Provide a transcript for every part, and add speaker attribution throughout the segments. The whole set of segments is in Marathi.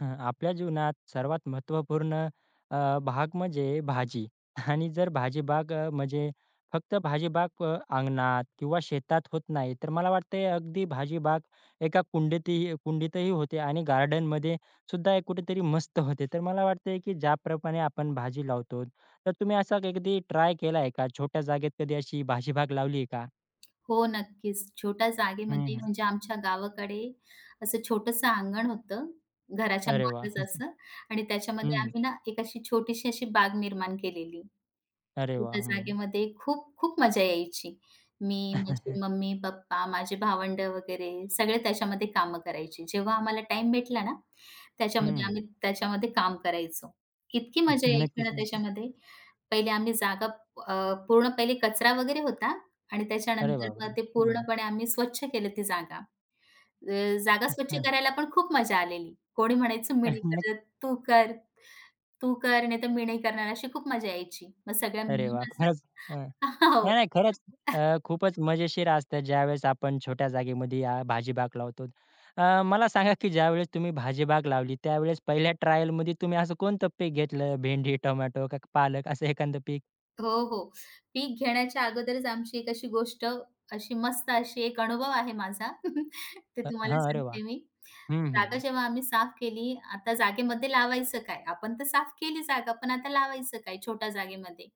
Speaker 1: हं, आपल्या जीवनात सर्वात महत्त्वपूर्ण भाग म्हणजे भाजी आणि जर भाजीबाग म्हणजे फक्त भाजीबाग अंगणात किंवा शेतात होत नाही, तर मला वाटतंय अगदी भाजीबाग एका कुंडीतही कुंडीतही होते आणि गार्डनमध्ये सुद्धा एक कुठेतरी मस्त होते. तर मला वाटतंय की ज्याप्रमाणे आपण भाजी लावतो, तर तुम्ही असा कधी ट्राय केला आहे का? छोट्या जागेत कधी अशी भाजीबाग लावली आहे का?
Speaker 2: हो, नक्कीच. छोट्या
Speaker 1: हं,
Speaker 2: जागेमध्ये
Speaker 1: हं.
Speaker 2: म्हणजे आमच्या गावाकडे असं छोटंसं अंगण होतं, घराच्या
Speaker 1: अरे
Speaker 2: मागेच
Speaker 1: वाह!
Speaker 2: असं. आणि त्याच्यामध्ये
Speaker 1: हं, हं.
Speaker 2: आम्ही ना एक अशी छोटीशी अशी बाग निर्माण केलेली.
Speaker 1: अरे वाह!
Speaker 2: त्या
Speaker 1: हं.
Speaker 2: जागेमध्ये खूप खूप मजा यायची. मी, माझी मम्मी, पप्पा, माझे भावंड वगैरे सगळे त्याच्यामध्ये कामं करायचे. जेव्हा आम्हाला टाईम भेटला ना, त्याच्यामध्ये
Speaker 1: हं.
Speaker 2: आम्ही त्याच्यामध्ये काम करायचो. इतकी मजा यायची
Speaker 1: नक्कीच,
Speaker 2: ना
Speaker 1: नक्कीच.
Speaker 2: त्याच्यामध्ये. पहिले आम्ही जागा अ, पूर्ण पहिले कचरा वगैरे होता आणि
Speaker 1: अरे
Speaker 2: त्याच्यानंतर
Speaker 1: बापरे!
Speaker 2: मग ते
Speaker 1: हं.
Speaker 2: पूर्णपणे आम्ही स्वच्छ केलं ती जागा. अ, जागा स्वच्छ
Speaker 1: हां.
Speaker 2: करायला पण खूप मजा आलेली. कोणी म्हणायचं मी नाही
Speaker 1: नक्क
Speaker 2: करत, तू कर. तू कर, नाहीतर मी नाही करणार, अशी खूप मजा यायची. मग सगळ्या
Speaker 1: अरे
Speaker 2: मिळून
Speaker 1: वाह!
Speaker 2: असं
Speaker 1: खरंच हं.
Speaker 2: हो.
Speaker 1: नाही, नाही खरंच खूपच मजेशीर असतं ज्यावेळेस आपण छोट्या जागेमध्ये भाजीबाग लावतो. मला सांगा की ज्यावेळेस तुम्ही भाजीबाग लावली त्यावेळेस पहिल्या ट्रायलमध्ये तुम्ही असं कोणतं पीक घेतलं? भेंडी, टोमॅटो का पालक असं एखादं पीक?
Speaker 2: हो, हो. पीक घेण्याच्या अगोदरच आमची एक अशी गोष्ट, अशी मस्त अशी एक अनुभव आहे माझा. ते तुम्हाला
Speaker 1: हां, अरे वाह!
Speaker 2: सांगते मी.
Speaker 1: हं, हं,
Speaker 2: जागा
Speaker 1: हं.
Speaker 2: जेव्हा आम्ही साफ केली, आता जागेमध्ये लावायचं काय? आपण तर साफ केली जागा, पण आता लावायचं काय छोट्या जागेमध्ये?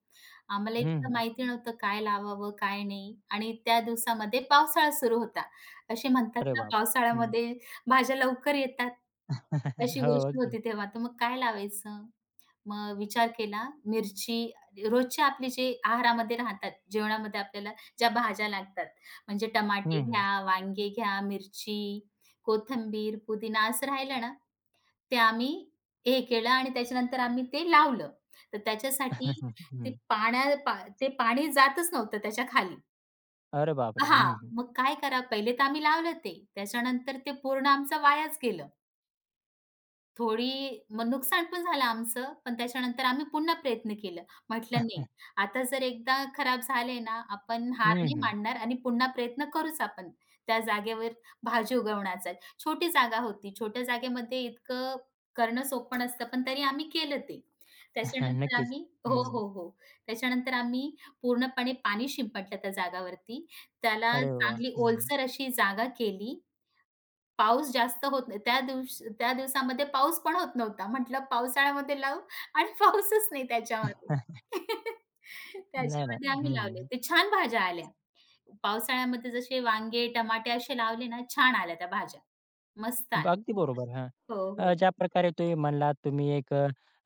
Speaker 2: आम्हाला
Speaker 1: हं,
Speaker 2: इतकं माहिती नव्हतं काय लावावं, काय नाही. आणि त्या दिवसामध्ये पावसाळा सुरू होता. असे म्हणतात
Speaker 1: अरे
Speaker 2: ना,
Speaker 1: बाप! हं.
Speaker 2: पावसाळ्यामध्ये भाज्या लवकर येतात. अशी
Speaker 1: हो,
Speaker 2: गोष्ट
Speaker 1: अगदी.
Speaker 2: होती तेव्हा. तर मग काय लावायचं? मग विचार केला मिरची, रोजच्या आपली जे आहारामध्ये राहतात, जेवणामध्ये आपल्याला ज्या भाज्या लागतात, म्हणजे
Speaker 1: हं,
Speaker 2: टमाटे
Speaker 1: हं.
Speaker 2: घ्या, वांगे घ्या, मिरची, कोथिंबीर, पुदिना असं राहिलं ना, ते आम्ही हे केलं आणि त्याच्यानंतर आम्ही ते लावलं. तर त्याच्यासाठी
Speaker 1: हं.
Speaker 2: ते पाण्या पा ते पाणी जातच नव्हतं त्याच्या खाली.
Speaker 1: अरे बापरे!
Speaker 2: हां,
Speaker 1: हं, हं.
Speaker 2: मग काय करा, पहिले तर आम्ही लावलं ते. त्याच्यानंतर ते पूर्ण आमचं वायाच गेलं. थोडी मग नुकसान पण झालं आमचं, पण त्याच्यानंतर आम्ही पुन्हा प्रयत्न केलं. म्हटलं नाही, आता जर एकदा खराब झाले ना, आपण हार नाही
Speaker 1: हं,
Speaker 2: मानणार आणि पुन्हा प्रयत्न करूच आपण त्या जागेवर भाजी उगवण्याचा. छोटी जागा होती. छोट्या जागेमध्ये इतकं करणं सोपं नसतं, पण तरी आम्ही केलं ते. त्याच्यानंतर
Speaker 1: नक्कीच.
Speaker 2: आम्ही
Speaker 1: हं.
Speaker 2: हो, हो, हो. त्याच्यानंतर आम्ही पूर्णपणे पाणी शिंपडलं त्या जागावरती. त्याला
Speaker 1: अरे वाह!
Speaker 2: चांगली
Speaker 1: हं,
Speaker 2: ओलसर अशी जागा केली. पाऊस जास्त होत नाही. त्या दिवसामध्ये पाऊस पण होत नव्हता. म्हटलं पावसाळ्यामध्ये लावू आणि पाऊसच नाही त्याच्यामध्ये.
Speaker 1: नाही,
Speaker 2: त्याच्यामध्ये
Speaker 1: नाही.
Speaker 2: आम्ही लावले.
Speaker 1: हं.
Speaker 2: ते छान भाज्या आल्या. पावसाळ्यामध्ये जसे वांगे, टमाटे असे लावले ना, छान आल्या त्या भाज्या. मस्त आल्या.
Speaker 1: अगदी बरोबर. हां.
Speaker 2: हो, हो.
Speaker 1: ज्या प्रकारे तुम्ही म्हणलात, तुम्ही एक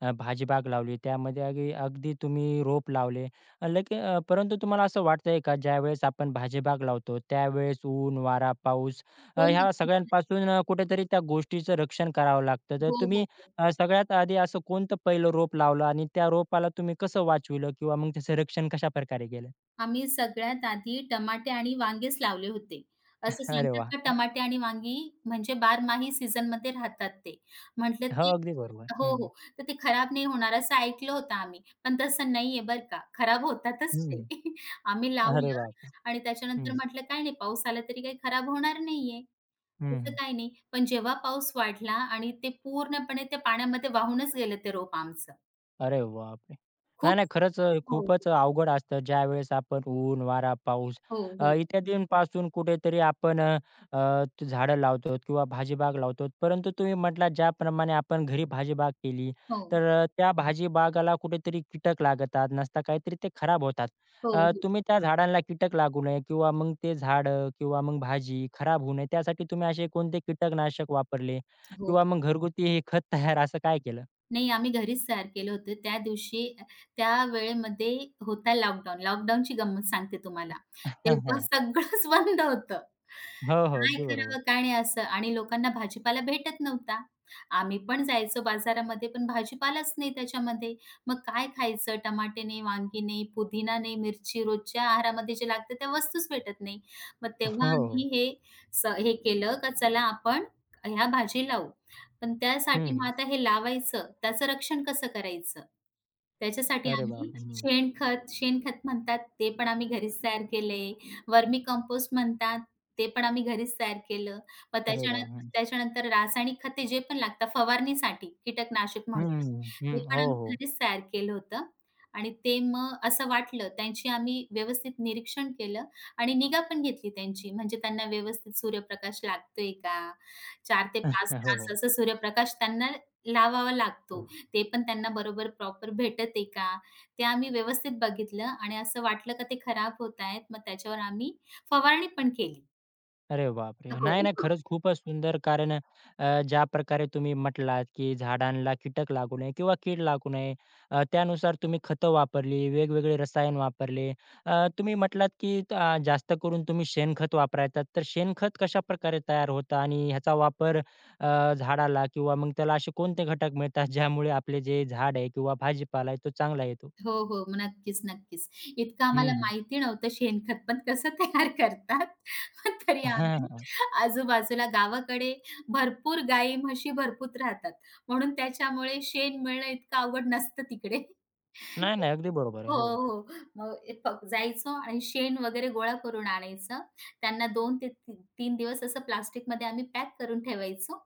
Speaker 1: भाजी लावली, त्यामध्ये अगदी अगदी तुम्ही रोप लावले. लगे परंतु तुम्हाला असं वाटतंय का, ज्यावेळेस आपण भाजी लावतो, त्यावेळेस ऊन, वारा, पाऊस
Speaker 2: हो,
Speaker 1: ह्या
Speaker 2: नक्कीच.
Speaker 1: सगळ्यांपासून कुठेतरी त्या गोष्टीचं रक्षण करावं लागतं. तर
Speaker 2: हो, हो,
Speaker 1: तुम्ही
Speaker 2: हो.
Speaker 1: सगळ्यात आधी असं कोणतं पहिलं रोप लावलं आणि त्या रोपाला तुम्ही कसं वाचविलं किंवा मग त्याचं रक्षण कशाप्रकारे केलं?
Speaker 2: आम्ही सगळ्यात आधी टमाटे आणि वांगेच लावले होते. असं
Speaker 1: अरे
Speaker 2: सांगतात ना,
Speaker 1: वाह!
Speaker 2: टमाटे आणि वांगी म्हणजे बारमाही सीझनमध्ये राहतात ते. म्हटलं
Speaker 1: हो,
Speaker 2: ते
Speaker 1: अगदी बरोबर.
Speaker 2: हो,
Speaker 1: हं,
Speaker 2: हो.
Speaker 1: हं.
Speaker 2: तर ते खराब नाही होणार असं ऐकलं होतं आम्ही. पण तसं नाहीये बरं का. खराब होतातच ते. आम्ही
Speaker 1: अरे
Speaker 2: लावलं
Speaker 1: बाप!
Speaker 2: आणि त्याच्यानंतर
Speaker 1: हं,
Speaker 2: म्हटलं काय नाही पाऊस आला तरी काही खराब होणार नाहीये. तसं
Speaker 1: हं,
Speaker 2: काही नाही. पण जेव्हा पाऊस वाढला आणि ते पूर्णपणे त्या पाण्यामध्ये वाहूनच गेलं ते रोप आमचं.
Speaker 1: अरे बापरे! नाही,
Speaker 2: खूप
Speaker 1: नाही. खरंच
Speaker 2: हो,
Speaker 1: खूपच अवघड असतं ज्यावेळेस आपण ऊन, वारा, पाऊस
Speaker 2: हो, हो,
Speaker 1: इत्यादींपासून कुठेतरी आपण अ, अ, झाडं लावतो किंवा भाजीबाग लावतो. परंतु तुम्ही म्हटलात ज्याप्रमाणे आपण घरी भाजीबाग केली,
Speaker 2: हो,
Speaker 1: तर त्या भाजीबागाला कुठेतरी कीटक लागतात, नसता काहीतरी ते खराब होतात.
Speaker 2: हो, हो,
Speaker 1: तुम्ही त्या झाडांना कीटक लागू नये किंवा मग ते झाडं किंवा मग भाजी खराब होऊ नये त्यासाठी तुम्ही असे कोणते कीटकनाशक वापरले?
Speaker 2: हो.
Speaker 1: किंवा मग घरगुती हे खत तयार असं काय केलं?
Speaker 2: नाही, आम्ही घरीच तयार केलं होतं. त्या दिवशी त्या वेळेमध्ये होता लॉकडाऊन. लॉकडाऊनची गंमत सांगते तुम्हाला. तेव्हा सगळंच बंद होतं.
Speaker 1: हो, हो.
Speaker 2: काय
Speaker 1: अगदी बरोबर.
Speaker 2: करावं, काय नाही असं. आणि लोकांना भाजीपाला भेटत नव्हता. आम्ही पण जायचो बाजारामध्ये, पण भाजीपालाच नाही त्याच्यामध्ये. मग काय खायचं? टमाटे नाही, वांगी नाही, पुदिना नाही, मिरची रोजच्या आहारामध्ये जे लागतं त्या वस्तूच भेटत नाही. मग
Speaker 1: हो,
Speaker 2: तेव्हा
Speaker 1: हो.
Speaker 2: आम्ही हे केलं का चला आपण ह्या भाजी लावू. पण
Speaker 1: हं,
Speaker 2: त्यासाठी
Speaker 1: हं.
Speaker 2: मग आता हे लावायचं, त्याचं रक्षण कसं करायचं? त्याच्यासाठी
Speaker 1: अरे
Speaker 2: आम्ही
Speaker 1: बापरे! हं.
Speaker 2: शेणखत शेणखत म्हणतात ते पण आम्ही घरीच तयार केले. वर्मी कंपोस्ट म्हणतात ते पण आम्ही घरीच तयार केलं. मग
Speaker 1: अरे
Speaker 2: त्याच्यानं
Speaker 1: बाप!
Speaker 2: त्याच्यानंतर रासायनिक खते जे पण लागतात फवारणीसाठी कीटकनाशक
Speaker 1: हं,
Speaker 2: म्हणून,
Speaker 1: हं,
Speaker 2: ते
Speaker 1: हं.
Speaker 2: पण
Speaker 1: हो,
Speaker 2: आम्ही
Speaker 1: हो.
Speaker 2: घरीच तयार केलं होतं. आणि ते मग असं वाटलं त्यांची आम्ही व्यवस्थित निरीक्षण केलं आणि निगा पण घेतली त्यांची, म्हणजे त्यांना व्यवस्थित सूर्यप्रकाश लागतोय का? चार ते 5
Speaker 1: हो,
Speaker 2: तास
Speaker 1: हो.
Speaker 2: असा सूर्यप्रकाश त्यांना लावावा लागतो. ते पण त्यांना बरोबर प्रॉपर भेटत आहे का? ते आम्ही व्यवस्थित बघितलं आणि असं वाटलं का ते खराब होत आहेत, मग त्याच्यावर आम्ही फवारणी पण केली.
Speaker 1: अरे बापरे!
Speaker 2: हो,
Speaker 1: नाही, नाही,
Speaker 2: हो.
Speaker 1: खरंच खूपच सुंदर. कारण ज्या प्रकारे तुम्ही म्हटलात, की झाडांना कीटक लागू नये किंवा कीड लागू नये, त्यानुसार तुम्ही खतं वापरली, वेगवेगळे रसायन वापरले. तुम्ही म्हटलात, की जास्त करून तुम्ही शेणखत वापरायचा. तर शेणखत कशाप्रकारे तयार होतं आणि ह्याचा वापर झाडाला किंवा मग त्याला असे कोणते घटक मिळतात, ज्यामुळे आपले जे झाड आहे किंवा भाजीपाला आहे, तो चांगला येतो?
Speaker 2: हो, हो. मग नक्कीच. इतकं
Speaker 1: हं,
Speaker 2: आम्हाला
Speaker 1: हं.
Speaker 2: माहिती नव्हतं शेणखत पण कसं तयार करतात. पण तरी
Speaker 1: हां,
Speaker 2: आम्ही
Speaker 1: हां.
Speaker 2: आजूबाजूला गावाकडे भरपूर गायी, म्हशी भरपूर राहतात. म्हणून त्याच्यामुळे शेण मिळणं इतकं अवघड नसतं तिकडे.
Speaker 1: नाही, नाही. अगदी बरोबर आहे.
Speaker 2: हो,
Speaker 1: हो.
Speaker 2: हो. मग ए फ जायचो आणि शेण वगैरे गोळा करून आणायचं. त्यांना दोन ते ती 3 दिवस असं प्लास्टिकमध्ये आम्ही पॅक करून ठेवायचो.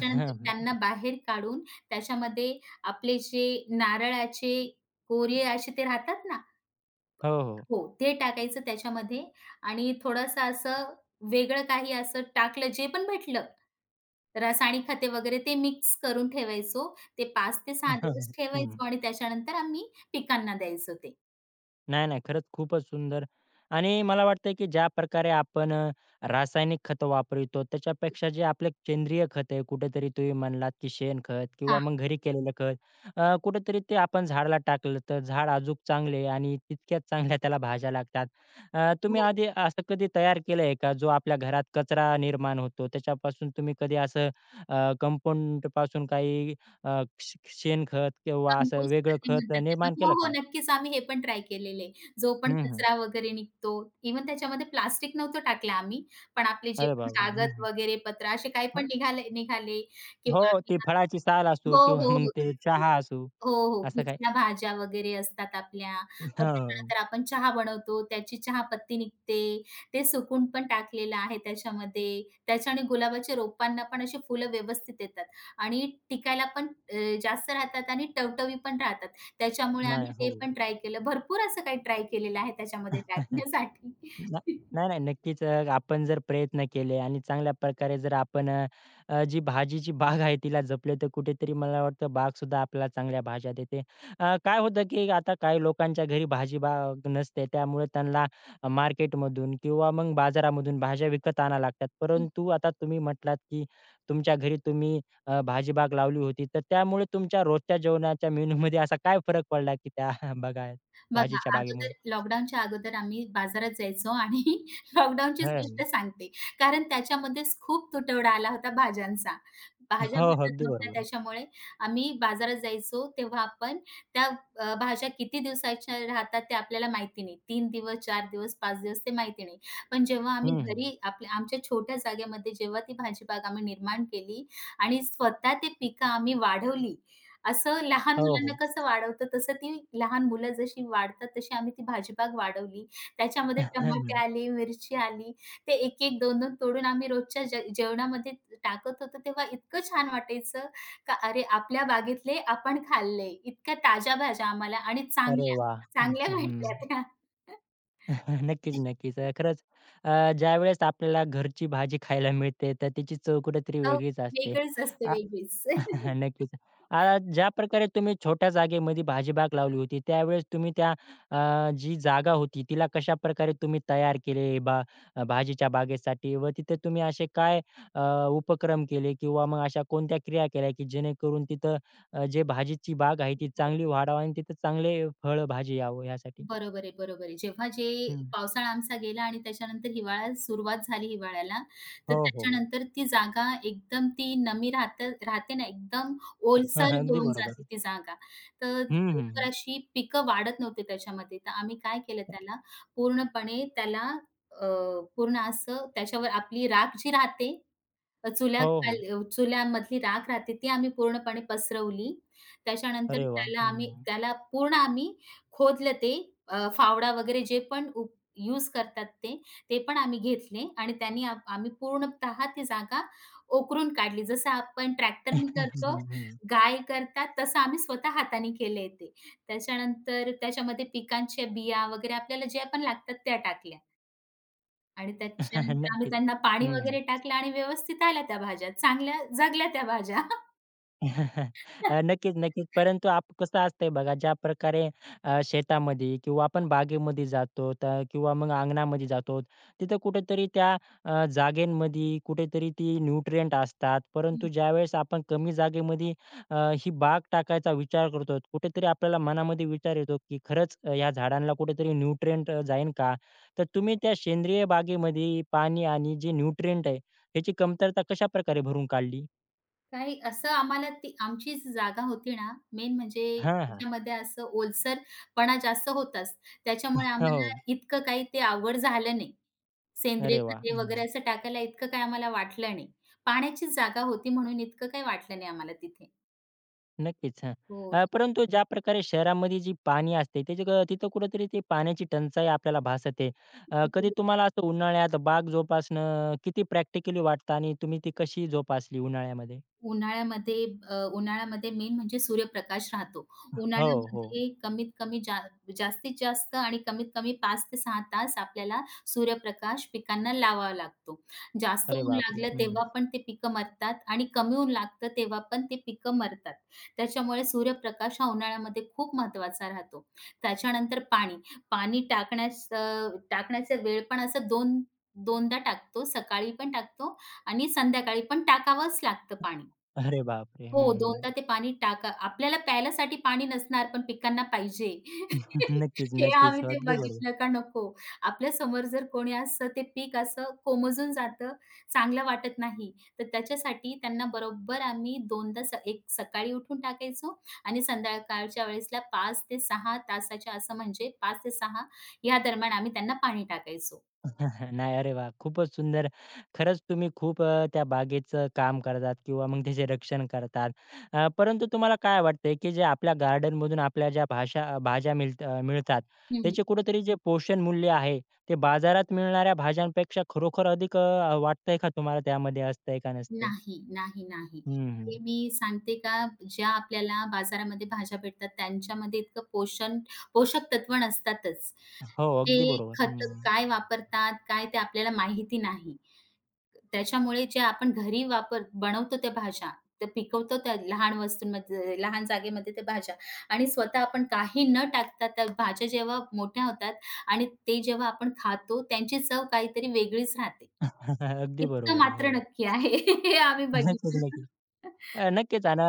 Speaker 1: हं, हं.
Speaker 2: त्यांना बाहेर काढून त्याच्यामध्ये आपले जे नारळाचे कोरे असे ते राहतात ना.
Speaker 1: हो, हो.
Speaker 2: हो, ते टाकायचं त्याच्यामध्ये आणि थोडंसं असं वेगळं काही असं टाकलं जे पण भेटलं. रासायनिक खते वगैरे ते मिक्स करून ठेवायचो. ते 5 ते 6 दिवस
Speaker 1: हं,
Speaker 2: ठेवायचो आणि त्याच्यानंतर आम्ही पिकांना द्यायचो ते.
Speaker 1: नाही, नाही. खरंच खूपच सुंदर आणि मला वाटतंय, की ज्या प्रकारे आपण रासायनिक खतं वापरतो, त्याच्यापेक्षा जे आपले सेंद्रिय खत आहे, कुठेतरी तुम्ही म्हणलात, की शेणखत किंवा मग घरी केलेलं खत, कुठेतरी ते आपण झाडाला टाकलं, तर झाड अजूक चांगले आणि तितक्याच चांगल्या त्याला भाज्या लागतात. तुम्ही
Speaker 2: हो,
Speaker 1: आधी असं कधी तयार केलं का? जो आपल्या घरात कचरा निर्माण होतो, त्याच्यापासून तुम्ही कधी असं कंपाऊंडपासून काही अ, श शेणखत किंवा असं
Speaker 2: कंपोस्ट
Speaker 1: वेगळं
Speaker 2: खते
Speaker 1: खत
Speaker 2: म्हणतात त्यांना.
Speaker 1: निर्माण
Speaker 2: हो,
Speaker 1: केलं
Speaker 2: हो,
Speaker 1: का?
Speaker 2: नक्कीच आम्ही हे पण ट्राय केलेलं आहे. जो पण
Speaker 1: हं, हं.
Speaker 2: कचरा वगैरे निघतो, इव्हन त्याच्यामध्ये प्लास्टिक नव्हतं टाकलं आम्ही, पण आपले जे
Speaker 1: अरे
Speaker 2: पण
Speaker 1: बापरे! हं,
Speaker 2: कागद
Speaker 1: हं.
Speaker 2: वगैरे, पत्र असे काही पण
Speaker 1: हो,
Speaker 2: निघाले निघाले
Speaker 1: हो,
Speaker 2: किंवा
Speaker 1: ती
Speaker 2: आपल्या
Speaker 1: फळाची साल असू
Speaker 2: हो,
Speaker 1: किंवा
Speaker 2: हो,
Speaker 1: मग
Speaker 2: हो.
Speaker 1: ते
Speaker 2: हो,
Speaker 1: चहा असू,
Speaker 2: हो. हो, हो.
Speaker 1: असं काही.
Speaker 2: कुचल्या भाज्या वगैरे असतात आपल्या. मग
Speaker 1: हो,
Speaker 2: त्याच्यानंतर आपण चहा बनवतो, त्याची चहापत्ती निघते. ते सुकून पण टाकलेलं आहे त्याच्यामध्ये. त्याच्याने गुलाबाच्या रोपांना पण अशी फुलं व्यवस्थित येतात आणि टिकायला पण अ, जास्त राहतात आणि टवटवी पण राहतात. त्याच्यामुळे
Speaker 1: नाही.
Speaker 2: आम्ही
Speaker 1: हो.
Speaker 2: ते पण ट्राय केलं. भरपूर असं काही ट्राय केलेलं आहे त्याच्यामध्ये टाकण्यासाठी.
Speaker 1: ना नाही, नाही. नक्कीच आपण जर प्रयत्न केले आणि चांगल्या प्रकारे जर आपण अ, अ, जी भाजीची बाग आहे तिला जपले तर कुठेतरी मला वाटतं बागसुद्धा आपल्याला चांगल्या भाज्या देते. काय होतं की आता काही लोकांच्या घरी भाजी बाग नसते त्यामुळे त्यांना मार्केटमधून किंवा मग बाजारामधून भाज्या विकत आणाव्या लागतात. परंतु आता तुम्ही म्हटलात की तुमच्या घरी तुम्ही भाजी बाग लावली होती तर त्यामुळे तुमच्या रोजच्या जेवणाच्या मेनूमध्ये असा काय फरक पडला की त्या बघा
Speaker 2: बघा,
Speaker 1: भाजीच्या बागेमुळे?
Speaker 2: अगोदर लॉकडाऊनच्या अगोदर आम्ही बाजारात जायचो आणि लॉकडाऊनचीच गोष्ट सांगते. कारण त्याच्यामध्येच खूप तुटवडा आला होता भाज्यांचा. भाज्या
Speaker 1: हो, हो.
Speaker 2: भेटत
Speaker 1: अगदी
Speaker 2: नव्हत्या
Speaker 1: बरोबर.
Speaker 2: त्याच्यामुळे आम्ही बाजारात जायचो तेव्हा आपण त्या भाज्या किती दिवसाच्या राहतात ते आपल्याला माहिती नाही. 3 दिवस, 4 दिवस, 5 दिवस ते माहिती नाही. पण जेव्हा आम्ही
Speaker 1: हं, हं.
Speaker 2: घरी आपल्या आमच्या छोट्या जागेमध्ये जेव्हा ती भाजीबाग आम्ही निर्माण केली आणि स्वतः ते पिकं आम्ही वाढवली, असं लहान
Speaker 1: हो,
Speaker 2: मुलांना
Speaker 1: हो.
Speaker 2: कसं वाढवतो तसं ती लहान मुलं जशी वाढतात तशी आम्ही ती भाजीपाग वाढवली. त्याच्यामध्ये टमाटे
Speaker 1: हं.
Speaker 2: आले, मिरची आली. ते 1-1, 2-2 तोडून आम्ही रोजच्या जे जेवणामध्ये टाकत होतो तेव्हा इतकं छान वाटायचं, का अरे आपल्या बागेतले आपण खाल्ले. इतक्या ताज्या भाज्या आम्हाला आणि
Speaker 1: अरे
Speaker 2: चांगल्या,
Speaker 1: वाह! हं,
Speaker 2: चांगल्या
Speaker 1: हं.
Speaker 2: भेटल्या त्या.
Speaker 1: नक्कीच, नक्कीच. खरंच ज्यावेळेस आपल्याला घरची भाजी खायला मिळते, तर तिची चव कुठेतरी
Speaker 2: चव
Speaker 1: वेगळीच असते.
Speaker 2: वेगळीच असते.
Speaker 1: हा, नक्कीच. आता ज्या प्रकारे तुम्ही छोट्या जागेमध्ये भाजीबाग लावली होती, त्यावेळेस तुम्ही त्या अ, जी जागा होती, तिला कशाप्रकारे तुम्ही तयार केले भाजीच्या बागेसाठी व तिथे तुम्ही असे काय अ, उपक्रम केले किंवा मग अशा कोणत्या क्रिया केल्या, की जेणेकरून तिथं जे भाजीची बाग आहे, ती चांगली वाढावी आणि तिथे चांगले फळ भाजी यावं यासाठी?
Speaker 2: बरोबर आहे, बरोबर आहे. जेव्हा जे
Speaker 1: हं.
Speaker 2: पावसाळा आमचा गेला आणि त्याच्यानंतर हिवाळा सुरुवात झाली हिवाळ्याला, तर
Speaker 1: हो, हो, हो.
Speaker 2: त्याच्यानंतर ती जागा एकदम ती नमी राहत राहते ना, एकदम
Speaker 1: हां,
Speaker 2: ओलसर
Speaker 1: हां. अगदी
Speaker 2: होऊन जाते
Speaker 1: बरोबर.
Speaker 2: ती जागा. तर
Speaker 1: हं, हं,
Speaker 2: लवकर
Speaker 1: हं.
Speaker 2: अशी पिकं वाढत नव्हते त्याच्यामध्ये. तर आम्ही काय केलं त्याला पूर्णपणे अ, पूर्ण असं त्याच्यावर आपली राख जी राहते,
Speaker 1: हो, हो.
Speaker 2: चुल्यामधली राख राहते ती आम्ही पूर्णपणे पसरवली. त्याच्यानंतर
Speaker 1: अरे वाह!
Speaker 2: त्याला आम्ही
Speaker 1: हं.
Speaker 2: त्याला पूर्ण आम्ही खोदलं ते. फावडा वगैरे जे पण यूज करतात ते, ते पण आम्ही घेतले आणि त्यांनी आम्ही पूर्णतः ती जागा ओकरून काढली. जसं आपण ट्रॅक्टरनी
Speaker 1: हं,
Speaker 2: करतो,
Speaker 1: हं,
Speaker 2: गाय करतात, तसं आम्ही स्वतः हाताने केले ते. त्याच्यानंतर त्याच्यामध्ये पिकांच्या बिया वगैरे आपल्याला ज्या पण लागतात त्या टाकल्या आणि त्याच्यानंतर आम्ही
Speaker 1: नक्कीच.
Speaker 2: त्यांना पाणी
Speaker 1: हं.
Speaker 2: वगैरे टाकलं आणि व्यवस्थित आल्या त्या भाज्या. चांगल्या जगल्या त्या भाज्या.
Speaker 1: नक्कीच, नक्कीच. परंतु आप कसं असतंय बघा, ज्या प्रकारे शेतामध्ये किंवा आपण बागेमध्ये जातो तर किंवा मग अंगणामध्ये जातो, तिथं कुठेतरी त्या जागेमध्ये कुठेतरी ती न्यूट्रिएंट असतात. परंतु ज्यावेळेस आपण कमी जागेमध्ये अ, ही बाग टाकायचा विचार करतो, कुठेतरी आपल्याला मनामध्ये विचार येतो, की खरंच या झाडांना कुठेतरी न्यूट्रिएंट जाईन का? तर तुम्ही त्या सेंद्रिय बागेमध्ये पाणी आणि जे न्यूट्रिएंट आहे, ह्याची कमतरता कशाप्रकारे भरून काढली?
Speaker 2: काही असं आम्हाला ती आमची जी जागा होती ना, मेन म्हणजे
Speaker 1: हां, हां.
Speaker 2: त्याच्यामध्ये असं ओलसरपणा जास्त होताच. त्याच्यामुळे आम्हाला
Speaker 1: हो.
Speaker 2: इतकं काही ते आवड झालं नाही. सेंद्रिय
Speaker 1: अरे वा,
Speaker 2: खते वगैरे
Speaker 1: हं.
Speaker 2: असं टाकायला इतकं काही आम्हाला वाटलं नाही. पाण्याचीच जागा होती म्हणून इतकं काही वाटलं नाही आम्हाला तिथे.
Speaker 1: नक्कीच. हां.
Speaker 2: हो.
Speaker 1: परंतु ज्या प्रकारे शहरामध्ये जी पाणी असते, त्याची क तिथं कुठेतरी ती पाण्याची टंचाई आपल्याला भासते. कधी तुम्हाला असं उन्हाळ्यात बाग जोपासणं किती प्रॅक्टिकली वाटतं आणि तुम्ही ती कशी जोपासली उन्हाळ्यामध्ये?
Speaker 2: उन्हाळ्यामध्ये उन्हाळ्यामध्ये मेन म्हणजे सूर्यप्रकाश राहतो.
Speaker 1: हो, हो.
Speaker 2: उन्हाळ्यामध्ये कमीत कमी जा जास्तीत जास्त आणि कमीत कमी 5 ते 6 तास आपल्याला सूर्यप्रकाश पिकांना लावावा लागतो. जास्त
Speaker 1: अरे
Speaker 2: ऊन
Speaker 1: बापरे!
Speaker 2: लागलं
Speaker 1: हं.
Speaker 2: तेव्हा पण ते पिकं मरतात आणि कमी ऊन लागतं तेव्हा पण ते पिकं मरतात. त्याच्यामुळे सूर्यप्रकाश हा उन्हाळ्यामध्ये खूप महत्त्वाचा राहतो. त्याच्यानंतर पाणी. पाणी टाकण्यास अ, टाकण्याचा वेळ पण असं 2 दोनदा टाकतो. सकाळी पण टाकतो आणि संध्याकाळी पण टाकावंच लागतं पाणी.
Speaker 1: अरे बापरे! हं,
Speaker 2: हो,
Speaker 1: हं.
Speaker 2: दोनदा ते पाणी टाका. आपल्याला प्यायलासाठी पाणी नसणार, पण पिकांना पाहिजे.
Speaker 1: नक्कीच,
Speaker 2: हे
Speaker 1: नक्कीच.
Speaker 2: आम्ही
Speaker 1: हो,
Speaker 2: ते
Speaker 1: अगदी बरोबर.
Speaker 2: बघितलं का नको. आपल्यासमोर जर कोणी असं ते पीक असं कोमेजून जातं, चांगलं वाटत नाही. तर त्याच्यासाठी त्यांना बरोबर आम्ही 2दा स एक सकाळी उठून टाकायचो आणि संध्याकाळच्या वेळेसला 5 ते 6 तासाच्या असं म्हणजे 5 ते 6 या दरम्यान आम्ही त्यांना पाणी टाकायचो.
Speaker 1: नाही. अरे वाह! खूपच सुंदर. खरंच तुम्ही खूप त्या बागेचं काम करतात किंवा मग त्याचे रक्षण करतात. परंतु तुम्हाला काय वाटतंय, की जे आपल्या गार्डनमधून आपल्या ज्या भाषा भाज्या मिळतात,
Speaker 2: हं,
Speaker 1: त्याचे कुठेतरी जे पोषण मूल्य आहे, ते बाजारात मिळणाऱ्या भाज्यांपेक्षा खरोखर अधिक वाटतंय का तुम्हाला त्यामध्ये असतंय का नसतंय?
Speaker 2: नाही.
Speaker 1: हं,
Speaker 2: ते
Speaker 1: हं.
Speaker 2: मी सांगते का, ज्या आपल्याला बाजारामध्ये भाज्या भेटतात त्यांच्यामध्ये इतकं पोषण पोषक तत्व नसतातच.
Speaker 1: हो, अगदी
Speaker 2: ते
Speaker 1: बरोबर.
Speaker 2: खतं
Speaker 1: हं.
Speaker 2: काय वापरतात, काय ते आपल्याला माहिती नाही. त्याच्यामुळे जे आपण घरी वापर बनवतो त्या भाज्या, त्या पिकवतो त्या लहान वस्तूंमध्ये, लहान जागेमध्ये त्या भाज्या आणि स्वतः आपण काही न टाकता त्या भाज्या जेव्हा मोठ्या होतात आणि ते जेव्हा आपण खातो, त्यांची चव काहीतरी वेगळीच राहते.
Speaker 1: अगदी
Speaker 2: इतकं
Speaker 1: बरोबर आहे. हो.
Speaker 2: मात्र नक्की आहे. हे आम्ही
Speaker 1: चुकलं की.
Speaker 2: बघितलं.
Speaker 1: नक्कीच आणि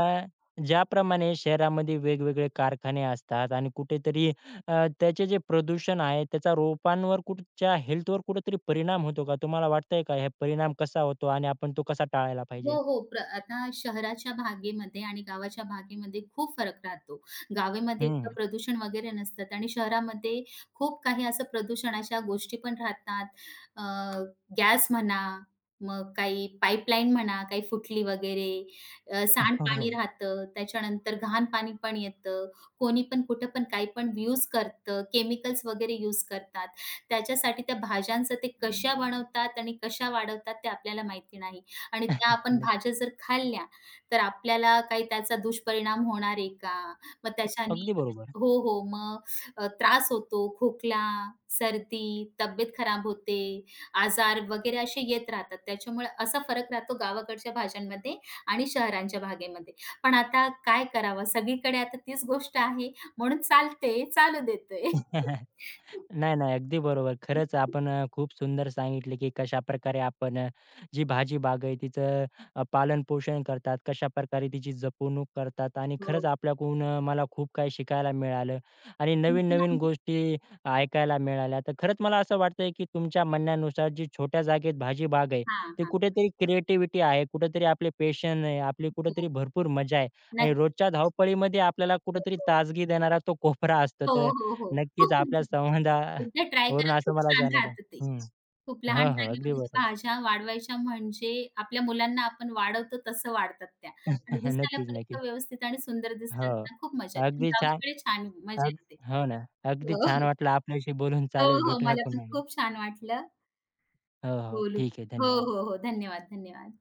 Speaker 1: ज्याप्रमाणे शहरामध्ये वेगवेगळे कारखाने असतात आणि कुठेतरी त्याचे जे प्रदूषण आहे त्याचा रोपांवर कुठच्या हेल्थवर कुठेतरी परिणाम होतो का? तुम्हाला वाटतंय का हे परिणाम कसा होतो आणि आपण तो कसा टाळायला
Speaker 2: हो,
Speaker 1: पाहिजे?
Speaker 2: हो. आता शहराच्या भागेमध्ये आणि गावाच्या भागेमध्ये खूप फरक राहतो. गावामध्ये
Speaker 1: हं.
Speaker 2: इतकं प्रदूषण वगैरे नसतात आणि शहरामध्ये खूप काही असं प्रदूषणाच्या गोष्टी पण राहतात. अ, गॅस म्हणा, मग काही पाईपलाईन म्हणा, काही फुटली वगैरे,
Speaker 1: हो,
Speaker 2: सांडपाणी
Speaker 1: हो.
Speaker 2: राहतं, त्याच्यानंतर घाण पाणी पण येतं. कोणी पण कुठं पण काही पण यूज करतं, केमिकल्स वगैरे यूज करतात. त्याच्यासाठी त्या भाज्यांचं ते कशा बनवतात आणि कशा वाढवतात ते आपल्याला माहिती नाही. आणि त्या आपण
Speaker 1: नक्की.
Speaker 2: भाज्या जर खाल्ल्या, तर आपल्याला काही त्याचा दुष्परिणाम होणार आहे का? मग त्याच्याने
Speaker 1: अगदी बरोबर.
Speaker 2: हो, हो. मग त्रास होतो, खोकला, सर्दी, तब्येत खराब होते, आजार वगैरे असे येत राहतात. त्याच्यामुळे असा फरक राहतो गावाकडच्या भाज्यांमध्ये आणि शहरांच्या भागेमध्ये. पण आता काय करावं? सगळीकडे आता तीच गोष्ट आहे, म्हणून चालते, चालू देतोय.
Speaker 1: नाही, नाही. अगदी बरोबर. खरंच आपण खूप सुंदर सांगितले, की कशाप्रकारे आपण जी भाजी बाग आहे तिचं पालनपोषण करतात, कशाप्रकारे तिची जपवणूक करतात आणि
Speaker 2: हो.
Speaker 1: खरंच आपल्याकडून मला खूप काही शिकायला मिळालं आणि नवीन-नवीन गोष्टी ऐकायला मिळाल्या. तर खरंच मला असं वाटतंय, की तुमच्या म्हणण्यानुसार जी छोट्या जागेत भाजी बाग आहे,
Speaker 2: हां,
Speaker 1: ती
Speaker 2: हां.
Speaker 1: कुठेतरी क्रिएटिव्हिटी आहे, कुठेतरी आपले पॅशन आहे, आपली कुठेतरी
Speaker 2: हो.
Speaker 1: भरपूर मजा आहे आणि
Speaker 2: नक्की.
Speaker 1: रोजच्या धावपळीमध्ये आपल्याला
Speaker 2: हो,
Speaker 1: कुठेतरी
Speaker 2: हो.
Speaker 1: ताजगी देणारा तो कोपरा असतो.
Speaker 2: हो,
Speaker 1: तर
Speaker 2: हो, हो.
Speaker 1: नक्कीच
Speaker 2: खूप मजा
Speaker 1: आपल्या
Speaker 2: येते. एकदा ट्राय
Speaker 1: संवादावरून
Speaker 2: करा,
Speaker 1: असं
Speaker 2: खूप
Speaker 1: मला
Speaker 2: छान
Speaker 1: जाणवलं.
Speaker 2: राहतं ते.
Speaker 1: हं.
Speaker 2: खूप
Speaker 1: हो,
Speaker 2: लहान
Speaker 1: हो. अगदी
Speaker 2: जागेमध्ये
Speaker 1: बरोबर.
Speaker 2: त्या भाज्या वाढवायच्या म्हणजे आपल्या मुलांना आपण वाढवतो तसं वाढतात त्या आणि दिसायला
Speaker 1: नक्कीच,
Speaker 2: पण
Speaker 1: नक्कीच.
Speaker 2: इतकं व्यवस्थित आणि सुंदर
Speaker 1: हो.
Speaker 2: दिसतात ना, खूप मजा येते आणि
Speaker 1: अगदी छान.
Speaker 2: गावाकडे छान मजा
Speaker 1: अग
Speaker 2: येते.
Speaker 1: हो ना. अगदी
Speaker 2: हो,
Speaker 1: छान वाटलं आपल्याशी बोलून.
Speaker 2: हो,
Speaker 1: चालेल,
Speaker 2: हो.
Speaker 1: भेटूया
Speaker 2: मला पण
Speaker 1: पुन्हा.
Speaker 2: खूप छान वाटलं
Speaker 1: हो, हो.
Speaker 2: बोलून.
Speaker 1: ठीक आहे.
Speaker 2: हो,
Speaker 1: धन्यवाद.
Speaker 2: हो, हो. धन्यवाद.